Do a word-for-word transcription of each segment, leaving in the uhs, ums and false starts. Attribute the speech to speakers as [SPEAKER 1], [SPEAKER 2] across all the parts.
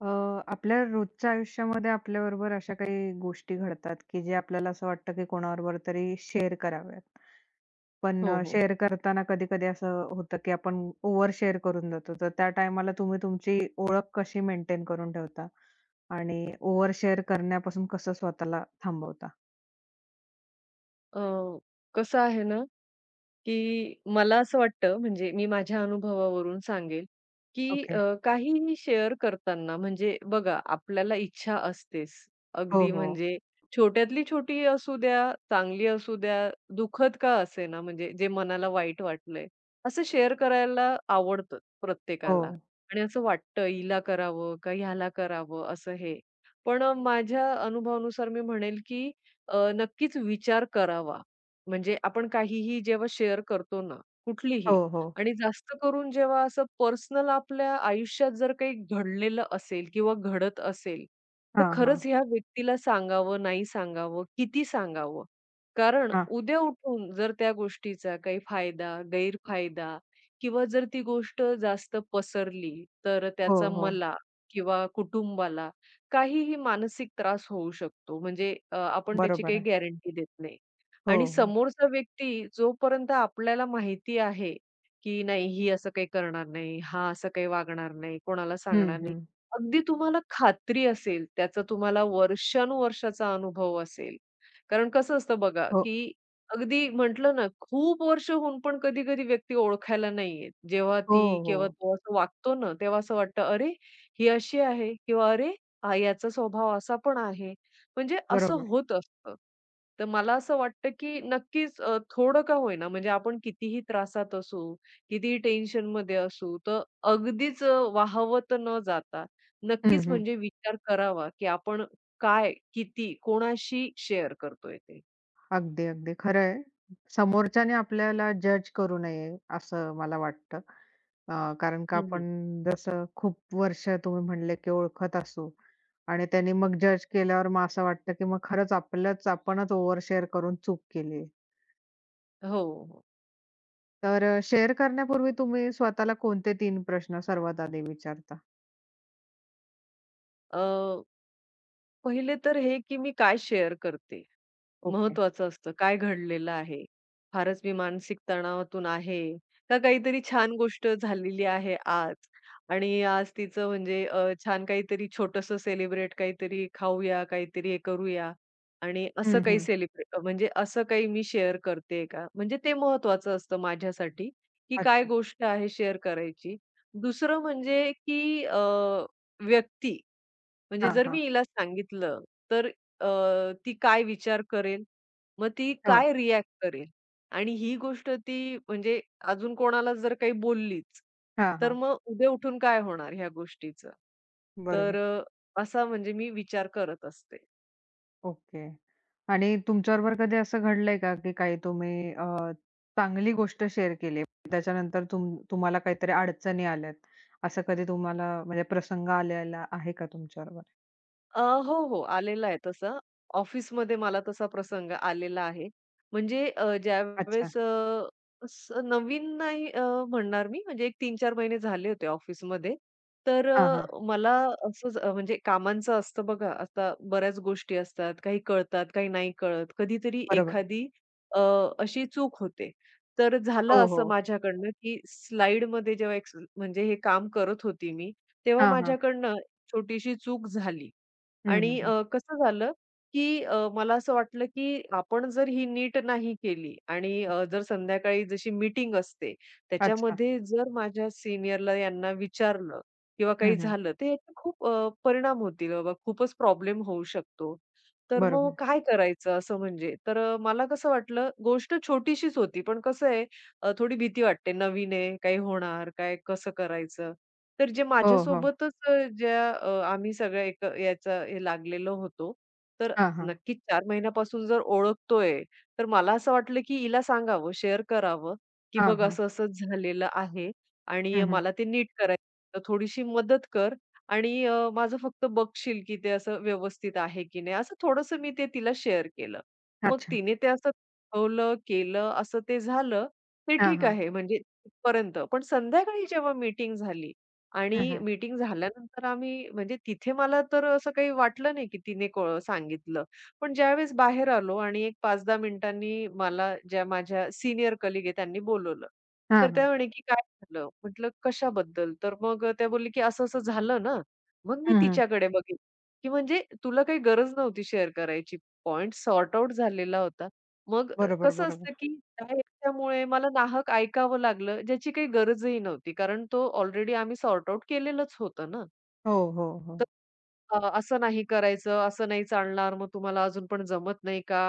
[SPEAKER 1] अ, आपल्या रोजच्या आयुष्यामध्ये आपल्याबरोबर अशा काही गोष्टी घडतात, की जे आपल्याला असं वाटतं, की कोणाबरोबर तरी शेअर कराव्यात. पण
[SPEAKER 2] हो,
[SPEAKER 1] अ,
[SPEAKER 2] हो.
[SPEAKER 1] शेअर करताना कधी-कधी असं होतं, की आपण ओव्हर शेअर करून जातो. तर त्या टायमाला तुम्ही तुमची ओळख कशी मेंटेन करून ठेवता? आणि ओव्हर शेअर करण्यापासून कसं स्वतःला थांबवता?
[SPEAKER 2] अ, कसं आहे ना, की मला असं वाटतं म्हणजे मी माझ्या अनुभवावरून सांगेल, की अ,
[SPEAKER 1] ओके.
[SPEAKER 2] काहीही शेअर करताना म्हणजे बघा आपल्याला इच्छा असतेच.
[SPEAKER 1] हो,
[SPEAKER 2] अगदी
[SPEAKER 1] हो.
[SPEAKER 2] म्हणजे छोट्यातली छोटी असू द्या, चांगली असू द्या, दुखत का असे ना म्हणजे जे मनाला वाईट वाटलंय, असं शेअर करायला आवडतं
[SPEAKER 1] हो.
[SPEAKER 2] प्रत्येकाला आणि असं वाटतं हिला करावं का ह्याला करावं असं हे. पण माझ्या अनुभवानुसार मी म्हणेल, की अ, नक्कीच विचार करावा. म्हणजे आपण काहीही जेव्हा शेअर करतो ना,
[SPEAKER 1] हो,
[SPEAKER 2] कुठलीही
[SPEAKER 1] हो.
[SPEAKER 2] आणि जास्त करून जेव्हा असं पर्सनल आपल्या आयुष्यात जर काही घडलेलं असेल किंवा घडत असेल, तर
[SPEAKER 1] हां, हां.
[SPEAKER 2] खरंच ह्या व्यक्तीला सांगावं, नाही सांगावं, किती सांगावं? कारण
[SPEAKER 1] हां.
[SPEAKER 2] उद्या उठून जर त्या गोष्टीचा काही फायदा, गैरफायदा किंवा जर ती गोष्ट जास्त पसरली, तर
[SPEAKER 1] हो,
[SPEAKER 2] त्याचा
[SPEAKER 1] हो.
[SPEAKER 2] मला किंवा कुटुंबाला काहीही मानसिक त्रास होऊ शकतो. म्हणजे अ, आपण त्याची
[SPEAKER 1] बरोबर
[SPEAKER 2] काही
[SPEAKER 1] आहे.
[SPEAKER 2] गॅरंटी देत नाही.
[SPEAKER 1] हो,
[SPEAKER 2] आणि
[SPEAKER 1] हो.
[SPEAKER 2] समोरचा व्यक्ती जोपर्यंत आपल्याला माहिती आहे, की नाही ही असं काही करणार नाही, हा असं काही वागणार नाही, कोणाला
[SPEAKER 1] हं,
[SPEAKER 2] सांगणार नाही.
[SPEAKER 1] हं.
[SPEAKER 2] अगदी तुम्हाला खात्री असेल, त्याचा तुम्हाला वर्षानुवर्षाचा अनुभव असेल. कारण कसं असतं बघा,
[SPEAKER 1] हो.
[SPEAKER 2] की अगदी म्हटलं ना, खूप वर्ष होऊन पण कधी-कधी व्यक्ती ओळखायला नाही येत. जेव्हा
[SPEAKER 1] हो,
[SPEAKER 2] ती किंवा
[SPEAKER 1] हो.
[SPEAKER 2] तो असं वागतो ना, तेव्हा असं वाटतं, "अरे, ही अशी आहे" किंवा "अरे, हा याचा स्वभाव असा पण आहे." म्हणजे असं
[SPEAKER 1] बरोबर.
[SPEAKER 2] होत असतं. तर मला असं वाटतं, की नक्कीच अ, थोडं का होईना म्हणजे आपण कितीही त्रासात असू, कितीही टेन्शनमध्ये असू, तर अगदीच अ, वाहवत न जाता
[SPEAKER 1] हं,
[SPEAKER 2] नक्कीच
[SPEAKER 1] हं.
[SPEAKER 2] म्हणजे विचार करावा, की आपण काय, किती, कोणाशी शेअर करतोय ते.
[SPEAKER 1] अगदी, अगदी. खरं आहे. समोरच्याने आपल्याला जज करू नये, असं मला वाटतं. अ, कारण का आपण
[SPEAKER 2] हं,
[SPEAKER 1] जसं खूप वर्ष तुम्ही म्हणले, की ओळखत असू आणि त्यांनी मग जज केल्यावर मग असं वाटतं, की मग खरंच आपलंच आपणच ओव्हर शेअर करून चूक केली.
[SPEAKER 2] हो, हो.
[SPEAKER 1] तर अ, शेअर करण्यापूर्वी तुम्ही स्वतःला कोणते तीन प्रश्न सर्वात आधी विचारता?
[SPEAKER 2] अ, पहिले तर हे, की मी काय शेअर करते?
[SPEAKER 1] ओके.
[SPEAKER 2] महत्वाचं असतं. काय घडलेलं आहे? फारच मी मानसिक तणावातून आहे का काहीतरी छान गोष्ट झालेली आहे आज आणि आज तिचं म्हणजे अ, छान काहीतरी छोटंसं सेलिब्रेट काहीतरी खाऊया, काहीतरी हे करूया आणि असं
[SPEAKER 1] हं,
[SPEAKER 2] काही
[SPEAKER 1] हं.
[SPEAKER 2] सेलिब्रेट म्हणजे असं काही मी शेअर करते का? म्हणजे ते महत्वाचं असतं माझ्यासाठी, की काय
[SPEAKER 1] अच्छा.
[SPEAKER 2] गोष्ट आहे शेअर करायची. दुसरं म्हणजे की अ, व्यक्ती म्हणजे
[SPEAKER 1] हां,
[SPEAKER 2] जर
[SPEAKER 1] हां.
[SPEAKER 2] मी हिला सांगितलं, तर अ, ती काय विचार करेल? मग ती
[SPEAKER 1] हो.
[SPEAKER 2] काय रिॲक्ट करेल? आणि ही गोष्ट ती म्हणजे अजून कोणाला जर काही बोललीच,
[SPEAKER 1] हां,
[SPEAKER 2] तर
[SPEAKER 1] हां.
[SPEAKER 2] मग उद्या उठून काय होणार ह्या गोष्टीचं?
[SPEAKER 1] बरोबर.
[SPEAKER 2] तर अ, असा म्हणजे मी विचार करत असते.
[SPEAKER 1] ओके. आणि तुमच्याबरोबर कधी असं घडलंय का, की काही तुम्ही अ, चांगली गोष्ट शेअर केली, त्याच्यानंतर तुम तुम्हाला काहीतरी अडचणी आल्यात, असं कधी तुम्हाला म्हणजे प्रसंग आलेला आहे का तुमच्याबरोबर?
[SPEAKER 2] अ, हो, हो. आलेला आहे तसा. ऑफिसमध्ये मला तसा प्रसंग आलेला आहे. म्हणजे अ,
[SPEAKER 1] अच्छा.
[SPEAKER 2] ज्यावेळेस अ, असं नवीन नाही अ, म्हणणार मी म्हणजे एक तीन-चार महिने झाले होते ऑफिसमध्ये. तर
[SPEAKER 1] हां, हां.
[SPEAKER 2] अ, मला असंच अ, म्हणजे कामांचं असतं बघा, आता बऱ्याच गोष्टी असतात. काही कळतात, काही नाही कळत. कधीतरी
[SPEAKER 1] बरोबर.
[SPEAKER 2] एखादी अ, अशी चूक होते. तर झालं
[SPEAKER 1] हो, हो.
[SPEAKER 2] असं माझ्याकडनं, की स्लाईडमध्ये जेव्हा एक्स म्हणजे हे काम करत होती मी, तेव्हा
[SPEAKER 1] हां, हां.
[SPEAKER 2] माझ्याकडनं छोटीशी चूक झाली.
[SPEAKER 1] हं, हं,
[SPEAKER 2] आणि
[SPEAKER 1] हं.
[SPEAKER 2] अ, कसं झालं, की अ, मला असं वाटलं, की आपण जर ही नीट नाही केली आणि अ, जर संध्याकाळी जशी मीटिंग असते,
[SPEAKER 1] अच्छा.
[SPEAKER 2] त्याच्यामध्ये जर माझ्या सीनियरला यांना विचारलं किंवा
[SPEAKER 1] हं,
[SPEAKER 2] काही
[SPEAKER 1] हं.
[SPEAKER 2] झालं, तर याचे खूप अ, परिणाम होतील बाबा, खूपच प्रॉब्लेम होऊ शकतो. तर मग
[SPEAKER 1] बरोबर.
[SPEAKER 2] काय करायचं असं म्हणजे? तर अ, मला कसं वाटलं, गोष्ट छोटीशीच होती, पण कसं आहे, अ, थोडी भीती वाटते, नवीन आहे, काही होणार, काय कसं करायचं? तर जे
[SPEAKER 1] हो, हो.
[SPEAKER 2] माझ्यासोबतच अ, ज्या अ, आम्ही सगळ्या एक याचा हे लागलेलो होतो. तर
[SPEAKER 1] हां, हां.
[SPEAKER 2] नक्कीच चार महिन्यापासून जर ओळखतोय, तर मला असं वाटलं की हिला सांगावं, शेअर करावं, की
[SPEAKER 1] हां,
[SPEAKER 2] "बघ
[SPEAKER 1] हां.
[SPEAKER 2] असं-असं झालेलं आहे आणि
[SPEAKER 1] हं, हं.
[SPEAKER 2] मला ते नीट करायचं, आहे, तर थोडीशी मदत कर आणि अ, माझं फक्त बघशील की ते असं व्यवस्थित आहे की नाही." असं थोडंसं मी ते तिला शेअर केलं. मग
[SPEAKER 1] अच्छा.
[SPEAKER 2] तिने ते असं दाखवलं, केलं, असं ते झालं, ते
[SPEAKER 1] हां,
[SPEAKER 2] ठीक
[SPEAKER 1] हां.
[SPEAKER 2] आहे म्हणजे तिथपर्यंत. पण संध्याकाळी जेव्हा मीटिंग झाली,
[SPEAKER 1] हं,
[SPEAKER 2] आणि
[SPEAKER 1] हं.
[SPEAKER 2] मीटिंग झाल्यानंतर आम्ही म्हणजे तिथे मला तर असं काही वाटलं नाही, की तिने को सांगितलं. पण ज्यावेळेस बाहेर आलो आणि एक पाच दहा मिनिटांनी मला ज्या माझ्या सीनियर कलीग आहे त्यांनी बोलवलं.
[SPEAKER 1] हां,
[SPEAKER 2] तर
[SPEAKER 1] हां.
[SPEAKER 2] त्या म्हणे, की "काय झालं?" म्हटलं, "कशाबद्दल?" तर मग त्या बोलल्या, की "असं-असं झालं ना." मग मी
[SPEAKER 1] हं, हं.
[SPEAKER 2] तिच्याकडे बघितलं, की म्हणजे तुला काही गरज नव्हती शेअर करायची. पॉइंट सॉर्ट आउट झालेला होता. मग अ,
[SPEAKER 1] बरोबर,
[SPEAKER 2] कसं
[SPEAKER 1] बरोबर.
[SPEAKER 2] असतं, की काय त्यामुळे मला नाहक ऐकावं लागलं, ज्याची काही गरजही नव्हती. कारण तो ऑलरेडी आम्ही सॉर्ट आउट केलेलंच होतं ना.
[SPEAKER 1] हो, हो, हो.
[SPEAKER 2] अ, असं नाही करायचं, असं नाही चालणार, मग तुम्हाला अजून पण जमत नाही का?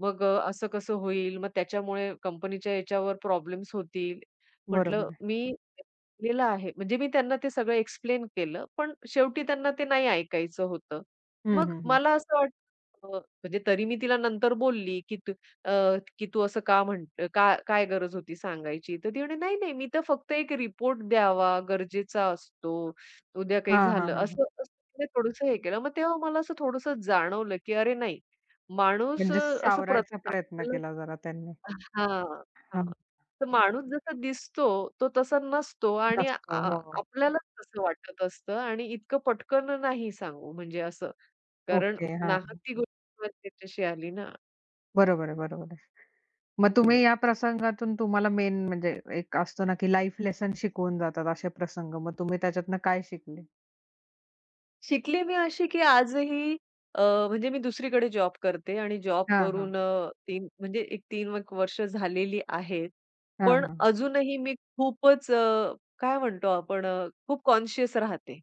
[SPEAKER 2] मग अ, असं कसं होईल? मग त्याच्यामुळे कंपनीच्या याच्यावर प्रॉब्लेम्स होतील.
[SPEAKER 1] बरोबर
[SPEAKER 2] म्हटलं
[SPEAKER 1] आहे.
[SPEAKER 2] मी केलेलं आहे. म्हणजे मी त्यांना ते सगळं एक्सप्लेन केलं, पण शेवटी त्यांना ते नाही ऐकायचं होतं.
[SPEAKER 1] हं,
[SPEAKER 2] मग
[SPEAKER 1] हं, हं.
[SPEAKER 2] मला असं वाटतं अ, म्हणजे तरी मी तिला नंतर बोलली, की "तू अ, की तू असं का म्हणत का काय गरज होती सांगायची?" तर ती म्हणे, "नाही, नाही, मी तर फक्त एक रिपोर्ट द्यावा गरजेचा असतो." उद्या काही
[SPEAKER 1] हां, हां,
[SPEAKER 2] झालं
[SPEAKER 1] हां, हां.
[SPEAKER 2] असं असं थोडंसं हे केलं. मग तेव्हा मला असं थोडंसं जाणवलं, की अरे नाही, माणूस
[SPEAKER 1] म्हणजे
[SPEAKER 2] अ, असं प्रत
[SPEAKER 1] सावरायचा प्रयत्न
[SPEAKER 2] आपल्याला
[SPEAKER 1] केला जरा त्यांनी.
[SPEAKER 2] हां, हां.
[SPEAKER 1] हां.
[SPEAKER 2] तर माणूस जसा दिसतो, तो तसा नसतो आणि
[SPEAKER 1] जास्त.
[SPEAKER 2] आ
[SPEAKER 1] हो.
[SPEAKER 2] आपल्यालाच तसं वाटत असतं आणि इतकं पटकन नाही सांगू म्हणजे असं. कारण
[SPEAKER 1] ओके.
[SPEAKER 2] नाहक
[SPEAKER 1] हां.
[SPEAKER 2] ती गोष्ट मला त्याच्याशी आली ना.
[SPEAKER 1] बरोबर आहे, बरोबर आहे. मग तुम्ही या प्रसंगातून तुम्हाला मेन म्हणजे एक असतो ना, की लाईफ लेसन शिकवून जातात असे प्रसंग. मग तुम्ही त्याच्यातनं काय शिकले?
[SPEAKER 2] शिकली मी अशी, की आजही अ, म्हणजे मी दुसरीकडे जॉब करते आणि जॉब
[SPEAKER 1] हां, हां.
[SPEAKER 2] करून अ, तीन म्हणजे एक तीन एक वर्ष झालेली आहेत.
[SPEAKER 1] हां,
[SPEAKER 2] पण
[SPEAKER 1] हां.
[SPEAKER 2] अजूनही मी खूपच अ, काय म्हणतो आपण अ, खूप कॉन्शियस राहते,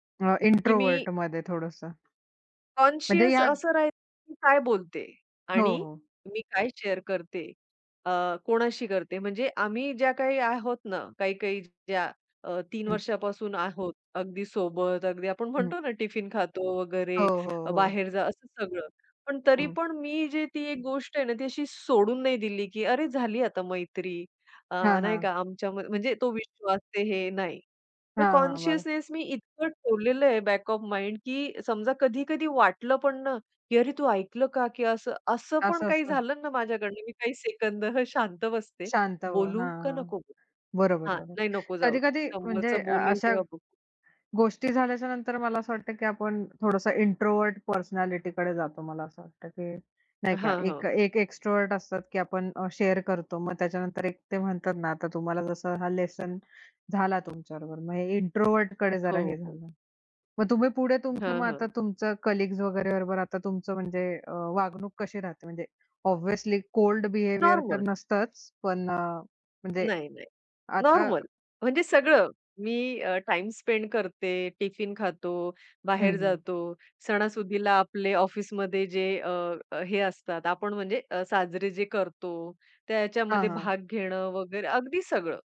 [SPEAKER 1] इंट्रोवर्ट
[SPEAKER 2] की मी
[SPEAKER 1] इंट्रोव्हर्टमध्ये थोडंसं. म्हणजे
[SPEAKER 2] कॉन्शियस
[SPEAKER 1] ह्या
[SPEAKER 2] असं राहायचं मी काय बोलते
[SPEAKER 1] हो,
[SPEAKER 2] आणि
[SPEAKER 1] हो.
[SPEAKER 2] मी काय शेअर करते, अ, कोणाशी करते. म्हणजे आम्ही ज्या काही आहोत ना, काही-काही ज्या अ, तीन
[SPEAKER 1] हं,
[SPEAKER 2] वर्षापासून आहोत, अगदी सोबत, अगदी आपण
[SPEAKER 1] हं.
[SPEAKER 2] म्हणतो ना टिफिन खातो वगैरे,
[SPEAKER 1] हो, हो,
[SPEAKER 2] अ,
[SPEAKER 1] हो.
[SPEAKER 2] बाहेर जा असं सगळं. पण तरी
[SPEAKER 1] हं.
[SPEAKER 2] पण मी जे ती एक गोष्ट आहे ना, ती अशी सोडून नाही दिली, की अरे झाली आता मैत्री, अ,
[SPEAKER 1] हां,
[SPEAKER 2] नाही
[SPEAKER 1] हां.
[SPEAKER 2] का आमच्यामध्ये म्हणजे तो विश्वास ते हे नाही. ते
[SPEAKER 1] हां, हां. बरं.
[SPEAKER 2] कॉन्शियसनेस मी इतकं ठेवलेलं आहे बॅक ऑफ माइंड, की समजा कधी-कधी वाटलं पण ना, की "अरे, तू ऐकलं का?" की असं असं पण
[SPEAKER 1] असं,
[SPEAKER 2] काही
[SPEAKER 1] असं
[SPEAKER 2] झालं ना माझ्याकडनं, मी काही सेकंद हं, शांत बसते.
[SPEAKER 1] शांत व्हा.
[SPEAKER 2] बोलू
[SPEAKER 1] हां,
[SPEAKER 2] का
[SPEAKER 1] हां.
[SPEAKER 2] नको बोलू?
[SPEAKER 1] बरोबर,
[SPEAKER 2] हां,
[SPEAKER 1] बरोबर.
[SPEAKER 2] नाही नको जाऊ दे.
[SPEAKER 1] कधी-कधी म्हणजे
[SPEAKER 2] समोरचा
[SPEAKER 1] अ,
[SPEAKER 2] बोलेल
[SPEAKER 1] अशा
[SPEAKER 2] तेव्हा बघू.
[SPEAKER 1] गोष्टी झाल्याच्या नंतर मला असं वाटतं, की आपण थोडंसं इंट्रोव्हर्ट पर्सनॅलिटीकडे जातो. मला असं वाटतं, की नाही का,
[SPEAKER 2] हां,
[SPEAKER 1] एक
[SPEAKER 2] हां.
[SPEAKER 1] एक एक्स्ट्रोव्हर्ट असतात, की आपण अ, शेअर करतो. मग त्याच्यानंतर एक ते म्हणतात ना, आता तुम्हाला जसं हा लेसन झाला तुमच्याबरोबर, मग हे इंट्रोव्हर्टकडे जरा
[SPEAKER 2] हो,
[SPEAKER 1] हे
[SPEAKER 2] हो.
[SPEAKER 1] झालं. मग तुम्ही पुढे तुमच्या
[SPEAKER 2] हां,
[SPEAKER 1] मग
[SPEAKER 2] हां.
[SPEAKER 1] आता तुमचं कलीग्स वगैरे बरोबर आता तुमचं म्हणजे अ, वागणूक कशी राहते? म्हणजे ऑब्व्हियसली कोल्ड बिहेवियर तर
[SPEAKER 2] नॉर्मल.
[SPEAKER 1] नसतंच, पण अ, म्हणजे
[SPEAKER 2] नाही, नाही.
[SPEAKER 1] आता
[SPEAKER 2] नॉर्मल. म्हणजे सगळं. मी टाइम स्पेंड करते, टिफिन खातो,
[SPEAKER 1] हं,
[SPEAKER 2] बाहेर
[SPEAKER 1] हं.
[SPEAKER 2] जातो. सणासुदीला आपले ऑफिसमध्ये जे अ, अ, हे असतात, आपण म्हणजे अ, साजरे जे करतो,
[SPEAKER 1] हां,
[SPEAKER 2] त्याच्यामध्ये
[SPEAKER 1] हां.
[SPEAKER 2] भाग घेणं वगैरे अगदी सगळं.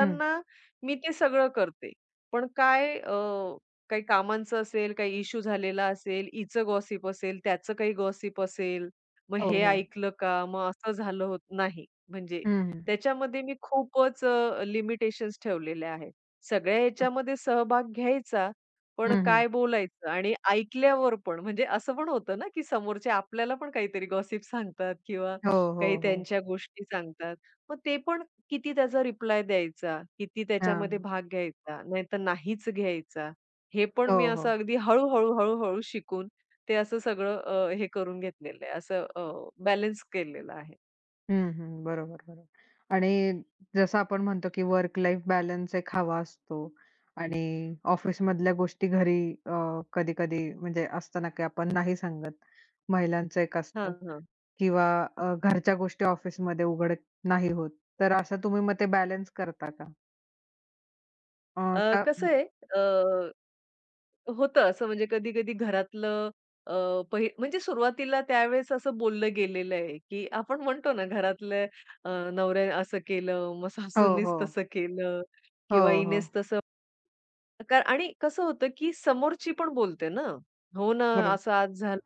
[SPEAKER 1] हं.
[SPEAKER 2] मी ते सगळं करते. पण काय अ, काही कामांचं असेल, काही इश्यू झालेला असेल, हिचं गॉसिप असेल, त्याचं काही गॉसिप असेल, मग
[SPEAKER 1] हो,
[SPEAKER 2] हे
[SPEAKER 1] हो.
[SPEAKER 2] ऐकलं का? मग असं झालं होत नाही. म्हणजे
[SPEAKER 1] हं, हं.
[SPEAKER 2] त्याच्यामध्ये मी खूपच अ, लिमिटेशन्स ठेवलेल्या आहेत. सगळ्या ह्याच्यामध्ये सहभाग घ्यायचा, पण
[SPEAKER 1] हं, हं.
[SPEAKER 2] काय बोलायचं आणि ऐकल्यावर पण म्हणजे असं पण होतं ना, की समोरचे आपल्याला पण काहीतरी गॉसिप सांगतात किंवा
[SPEAKER 1] हो, हो,
[SPEAKER 2] काही
[SPEAKER 1] हो.
[SPEAKER 2] त्यांच्या गोष्टी सांगतात. मग ते पण किती त्याचा रिप्लाय द्यायचा, किती
[SPEAKER 1] हां.
[SPEAKER 2] त्याच्यामध्ये भाग घ्यायचा, नाहीतर नाहीच घ्यायचा. हे पण
[SPEAKER 1] हो,
[SPEAKER 2] मी
[SPEAKER 1] हो.
[SPEAKER 2] असं अगदी हळू-हळू, हळूहळू शिकून ते असं सगळं अ, हे करून घेतलेलं आहे. असं बॅलन्स केलेलं आहे.
[SPEAKER 1] हं, हं. बरोबर, बरोबर. आणि जसं आपण म्हणतो, की वर्क लाईफ बॅलन्स एक हवा असतो आणि ऑफिसमधल्या गोष्टी घरी अ, कधी-कधी म्हणजे असतं ना, की आपण नाही सांगत. महिलांचं एक असतं
[SPEAKER 2] हां,
[SPEAKER 1] किंवा अ, घरच्या गोष्टी ऑफिसमध्ये उघड नाही होत. तर असं तुम्ही मग ते बॅलन्स करता का? अ,
[SPEAKER 2] अ,
[SPEAKER 1] का
[SPEAKER 2] कसं आहे अ, होतं असं म्हणजे कधी-कधी घरातलं अ, पहि म्हणजे सुरुवातीला त्यावेळेस असं बोललं गेलेलं आहे, की आपण म्हणतो ना घरातल्या अ, नवऱ्याने असं केलं, मग
[SPEAKER 1] हो,
[SPEAKER 2] सासूनीच
[SPEAKER 1] हो.
[SPEAKER 2] तसं केलं
[SPEAKER 1] हो,
[SPEAKER 2] किंवा
[SPEAKER 1] हो.
[SPEAKER 2] हिनेच तसं कारण आणि कसं होतं, की समोरची पण बोलते ना, "हो ना,
[SPEAKER 1] बरोबर.
[SPEAKER 2] असं आज झालं,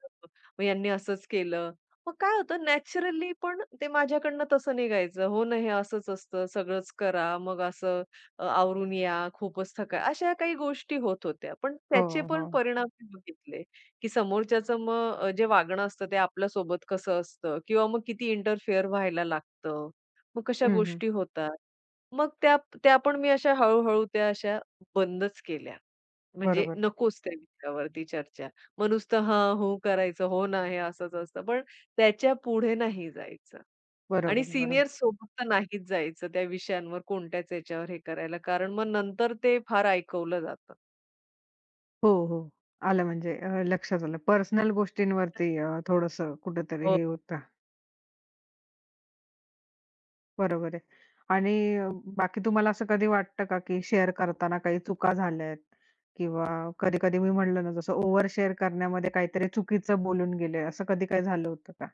[SPEAKER 2] मग यांनी असंच केलं." मग काय होतं नॅचरली पण ते माझ्याकडनं तसं निघायचं, "हो ना, हे असंच असतं, सगळंच करा, मग असं अ, आवरून या, खूपच थका" अशा काही गोष्टी होत होत्या. पण
[SPEAKER 1] हो,
[SPEAKER 2] त्याचे
[SPEAKER 1] हो.
[SPEAKER 2] पण परिणाम मी बघितले, की समोरच्याचं मग अ, जे वागणं असतं ते आपल्यासोबत कसं असतं किंवा मग किती इंटरफेअर व्हायला लागतं, मग कशा
[SPEAKER 1] हं, हं.
[SPEAKER 2] गोष्टी होतात. मग त्या त्या पण मी अशा हळू त्या अशा बंदच केल्या. म्हणजे
[SPEAKER 1] बरोबर,
[SPEAKER 2] नकोच त्या विषयावरती चर्चा. मग नुसतं हां, हूं करायचं. हो ना, हे असंच असतं. पण त्याच्या पुढे नाही जायचं आणि
[SPEAKER 1] बरोबर, बरोबर.
[SPEAKER 2] सीनियर्स सोबत तर नाहीच जायचं त्या विषयांवर कोणत्याच याच्यावर हे करायला. कारण मग नंतर ते फार ऐकवलं जातं.
[SPEAKER 1] हो, हो. आलं म्हणजे अ, लक्षात आलं. पर्सनल गोष्टींवरती अ, थोडंसं कुठेतरी हे होतं. बरोबर आहे. आणि अ, बाकी तुम्हाला असं कधी वाटतं का, की शेअर करताना काही चुका झाल्यात किंवा कधी-कधी मी म्हणलं ना, जसं ओव्हर शेअर करण्यामध्ये काहीतरी चुकीचं बोलून गेले, असं कधी काही झालं होतं का?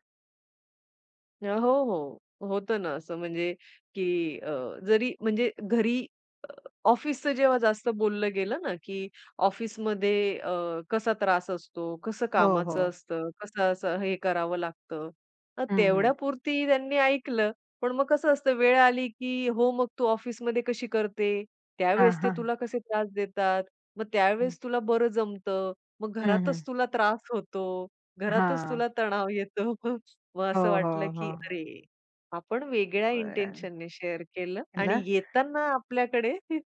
[SPEAKER 2] हो, हो. होतं ना असं म्हणजे की अ, जरी म्हणजे घरी अ, ऑफिसचं जेव्हा जास्त बोललं गेलं ना, की ऑफिसमध्ये अ, कसा त्रास असतो, कसं
[SPEAKER 1] हो, हो.
[SPEAKER 2] कामाचं असतं, कसं असं हे करावं लागतं. अ,
[SPEAKER 1] हं, हं.
[SPEAKER 2] तेवढ्यापुरती त्यांनी ऐकलं. पण मग कसं असतं वेळ आली की "हो, मग तू ऑफिसमध्ये कशी करते?
[SPEAKER 1] हां,
[SPEAKER 2] त्यावेळेस ते
[SPEAKER 1] हां.
[SPEAKER 2] तुला कसे त्रास देतात? मग
[SPEAKER 1] हं,
[SPEAKER 2] त्यावेळेस तुला बरं जमतं. मग
[SPEAKER 1] हं, हं.
[SPEAKER 2] घरातच तुला त्रास होतो. घरातच
[SPEAKER 1] हां.
[SPEAKER 2] तुला तणाव येतो." मग
[SPEAKER 1] हो,
[SPEAKER 2] असं
[SPEAKER 1] हो,
[SPEAKER 2] वाटलं
[SPEAKER 1] हो,
[SPEAKER 2] की
[SPEAKER 1] हो.
[SPEAKER 2] अरे, आपण वेगळ्या इंटेन्शनने शेअर केलं आणि येताना आपल्याकडे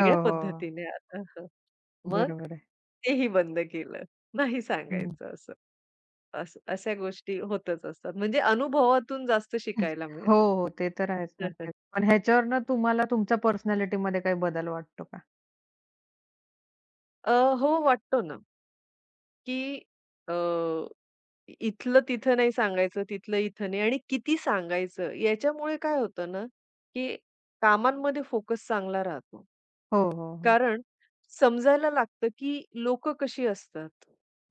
[SPEAKER 1] हो, हो.
[SPEAKER 2] पद्धतीने आलं. हं. मग
[SPEAKER 1] बरोबर आहे.
[SPEAKER 2] तेही बंद केलं. नाही
[SPEAKER 1] हं.
[SPEAKER 2] सांगायचं असं. असं अशा गोष्टी होतच असतात. म्हणजे अनुभवातून जास्त शिकायला
[SPEAKER 1] हो,
[SPEAKER 2] मिळतं.
[SPEAKER 1] हो. ते तर आहेच नक्कीच. पण ह्याच्यावरनं तुम्हाला तुमच्या पर्सनॅलिटीमध्ये काही बदल वाटतो का?
[SPEAKER 2] अ, हो वाटतो ना, की इ इथलं तिथं नाही सांगायचं, तिथलं इथं नाही आणि किती सांगायचं. याच्यामुळे काय होतं ना, की कामांमध्ये फोकस चांगला राहतो.
[SPEAKER 1] हो, हो, हो.
[SPEAKER 2] कारण समजायला लागतं, की लोकं कशी असतात,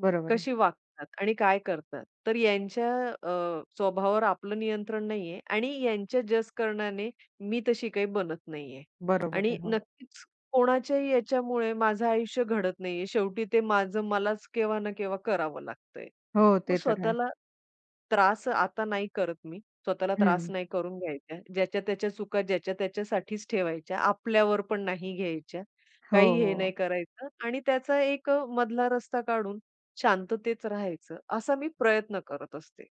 [SPEAKER 1] बरोबर आहे.
[SPEAKER 2] कशी वागतात आणि काय करतात. तर यांच्या अ, स्वभावावर आपलं नियंत्रण नाहीये आणि यांच्या जज करण्याने मी तशी काही बनत नाहीये
[SPEAKER 1] बरोबर आहे.
[SPEAKER 2] आणि
[SPEAKER 1] हो.
[SPEAKER 2] नक्कीच कोणाच्याही याच्यामुळे माझं आयुष्य घडत नाहीये. शेवटी ते माझं मलाच केव्हा ना केव्हा करावं लागतंय.
[SPEAKER 1] हो,
[SPEAKER 2] मग
[SPEAKER 1] ते तर आहे.
[SPEAKER 2] स्वतःला त्रास आता नाही करत मी. स्वतःला त्रास
[SPEAKER 1] हं.
[SPEAKER 2] नाही करून घ्यायचा. ज्याच्या त्याच्या चुका ज्याच्या त्याच्यासाठीच ठेवायच्या. आपल्यावर पण नाही घ्यायच्या.
[SPEAKER 1] हो,
[SPEAKER 2] काही हे नाही
[SPEAKER 1] हो.
[SPEAKER 2] करायचं आणि त्याचा एक मधला रस्ता काढून शांततेत राहायचं, असा मी प्रयत्न करत असते.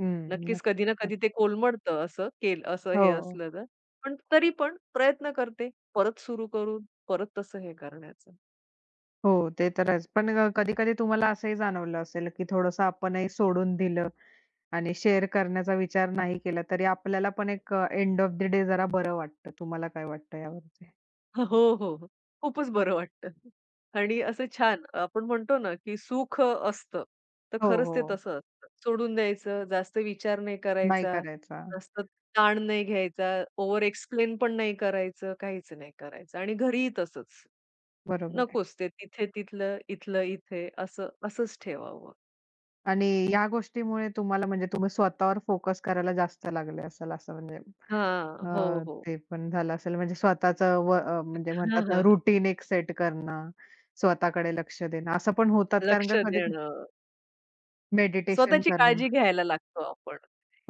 [SPEAKER 1] हं.
[SPEAKER 2] नक्कीच
[SPEAKER 1] नक्कीच
[SPEAKER 2] कधी ना
[SPEAKER 1] ना.
[SPEAKER 2] कधी ते कोलमडतं असं केलं असं हे
[SPEAKER 1] हो.
[SPEAKER 2] असलं तर. पण तरी पण प्रयत्न करते परत सुरू करून परत तसं हे करण्याचा.
[SPEAKER 1] हो, ते तर आहेच. पण अ, कधी-कधी तुम्हाला असंही जाणवलं असेल, की थोडंसं आपणही सोडून दिलं आणि शेअर करण्याचा विचार नाही केला, तरी आपल्याला पण एक अ, एंड ऑफ द डे जरा बरं वाटतं. तुम्हाला काय वाटतं यावरती?
[SPEAKER 2] हो, हो, हो. खूपच बरं वाटतं. आणि असं छान आपण म्हणतो ना, की सुख असतं. तर
[SPEAKER 1] हो,
[SPEAKER 2] खरंच ते
[SPEAKER 1] हो.
[SPEAKER 2] तसं असतं. सोडून द्यायचं, जास्त विचार नाही
[SPEAKER 1] नाही
[SPEAKER 2] करायचा,
[SPEAKER 1] करायचा.
[SPEAKER 2] जास्त ताण नाही घ्यायचा, ओव्हर एक्सप्लेन पण नाही करायचं, काहीच नाही करायचं. आणि घरीही तसंच.
[SPEAKER 1] बरोबर.
[SPEAKER 2] नकोच ते तिथे तिथलं, इथलं इथे असं असंच ठेवावं.
[SPEAKER 1] आणि या गोष्टीमुळे तुम्हाला म्हणजे तुम्ही स्वतःवर फोकस करायला जास्त लागले असेल असं म्हणजे
[SPEAKER 2] हां. हो,
[SPEAKER 1] अ,
[SPEAKER 2] हो.
[SPEAKER 1] ते पण झालं असेल म्हणजे स्वतःचं व अ, म्हणजे
[SPEAKER 2] हां,
[SPEAKER 1] म्हणतात
[SPEAKER 2] हां,
[SPEAKER 1] ना
[SPEAKER 2] हां.
[SPEAKER 1] रुटीन एक सेट करणं, स्वतःकडे लक्ष देणं असं पण होतात कारण
[SPEAKER 2] लक्ष
[SPEAKER 1] का कधी
[SPEAKER 2] देणं.
[SPEAKER 1] मेडिटेशन
[SPEAKER 2] स्वतःची
[SPEAKER 1] करणं.
[SPEAKER 2] काळजी घ्यायला लागतो आपण,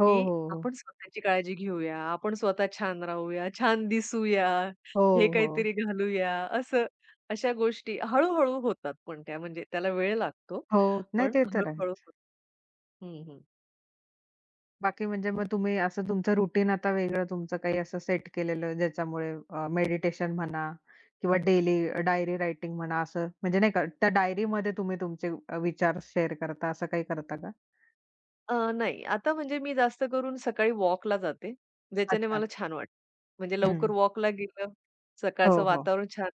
[SPEAKER 1] हो,
[SPEAKER 2] की
[SPEAKER 1] हो, हो.
[SPEAKER 2] आपण स्वतःची काळजी घेऊया, आपण स्वतः छान राहूया, छान दिसूया,
[SPEAKER 1] हो,
[SPEAKER 2] हे
[SPEAKER 1] हो.
[SPEAKER 2] काहीतरी घालूया, असं अशा गोष्टी हळू-हळू होतात पण त्या म्हणजे त्याला वेळ लागतो,
[SPEAKER 1] हो. नाही
[SPEAKER 2] पण
[SPEAKER 1] ते तर
[SPEAKER 2] हळू-हळू
[SPEAKER 1] आहेच.
[SPEAKER 2] होतं. हं, हं.
[SPEAKER 1] बाकी म्हणजे मग तुम्ही असं तुमचं रुटीन आता वेगळं तुमचं काही असं सेट केलेलं ज्याच्यामुळे अ, मेडिटेशन म्हणा किंवा डेली डायरी रायटिंग म्हणा असं म्हणजे नाही का त्या डायरीमध्ये तुम्ही तुमचे अ, विचार शेअर करता असं काही करता का?
[SPEAKER 2] नाही आता म्हणजे मी जास्त करून सकाळी वॉकला जाते, ज्याच्याने
[SPEAKER 1] अच्छा.
[SPEAKER 2] मला छान वाटतं. म्हणजे लवकर
[SPEAKER 1] हं.
[SPEAKER 2] वॉकला गेलं,
[SPEAKER 1] हो,
[SPEAKER 2] सकाळचं
[SPEAKER 1] हो.
[SPEAKER 2] वातावरण छान,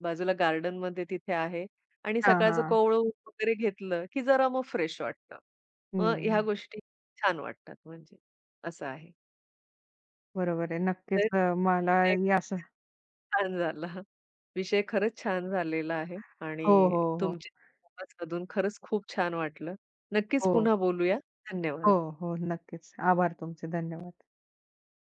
[SPEAKER 2] बाजूला गार्डनमध्ये तिथे आहे आणि
[SPEAKER 1] हां,
[SPEAKER 2] सकाळचं
[SPEAKER 1] हां.
[SPEAKER 2] कोवळं ऊन वगैरे घेतलं, की जरा मग फ्रेश वाटतं. मग ह्या
[SPEAKER 1] हं.
[SPEAKER 2] गोष्टी छान वाटतात म्हणजे असं आहे.
[SPEAKER 1] बरोबर आहे. नक्कीच
[SPEAKER 2] तर
[SPEAKER 1] अ, मला
[SPEAKER 2] विषय
[SPEAKER 1] या असं
[SPEAKER 2] छान झाला. विषय खरंच छान झालेला आहे आणि
[SPEAKER 1] हो, हो, हो.
[SPEAKER 2] तुमच्या संवाद साधून खरंच खूप छान वाटलं. नक्कीच
[SPEAKER 1] हो,
[SPEAKER 2] पुन्हा बोलूया.
[SPEAKER 1] हो,
[SPEAKER 2] धन्यवाद.
[SPEAKER 1] हो. नक्कीच. आभार तुमचे. धन्यवाद.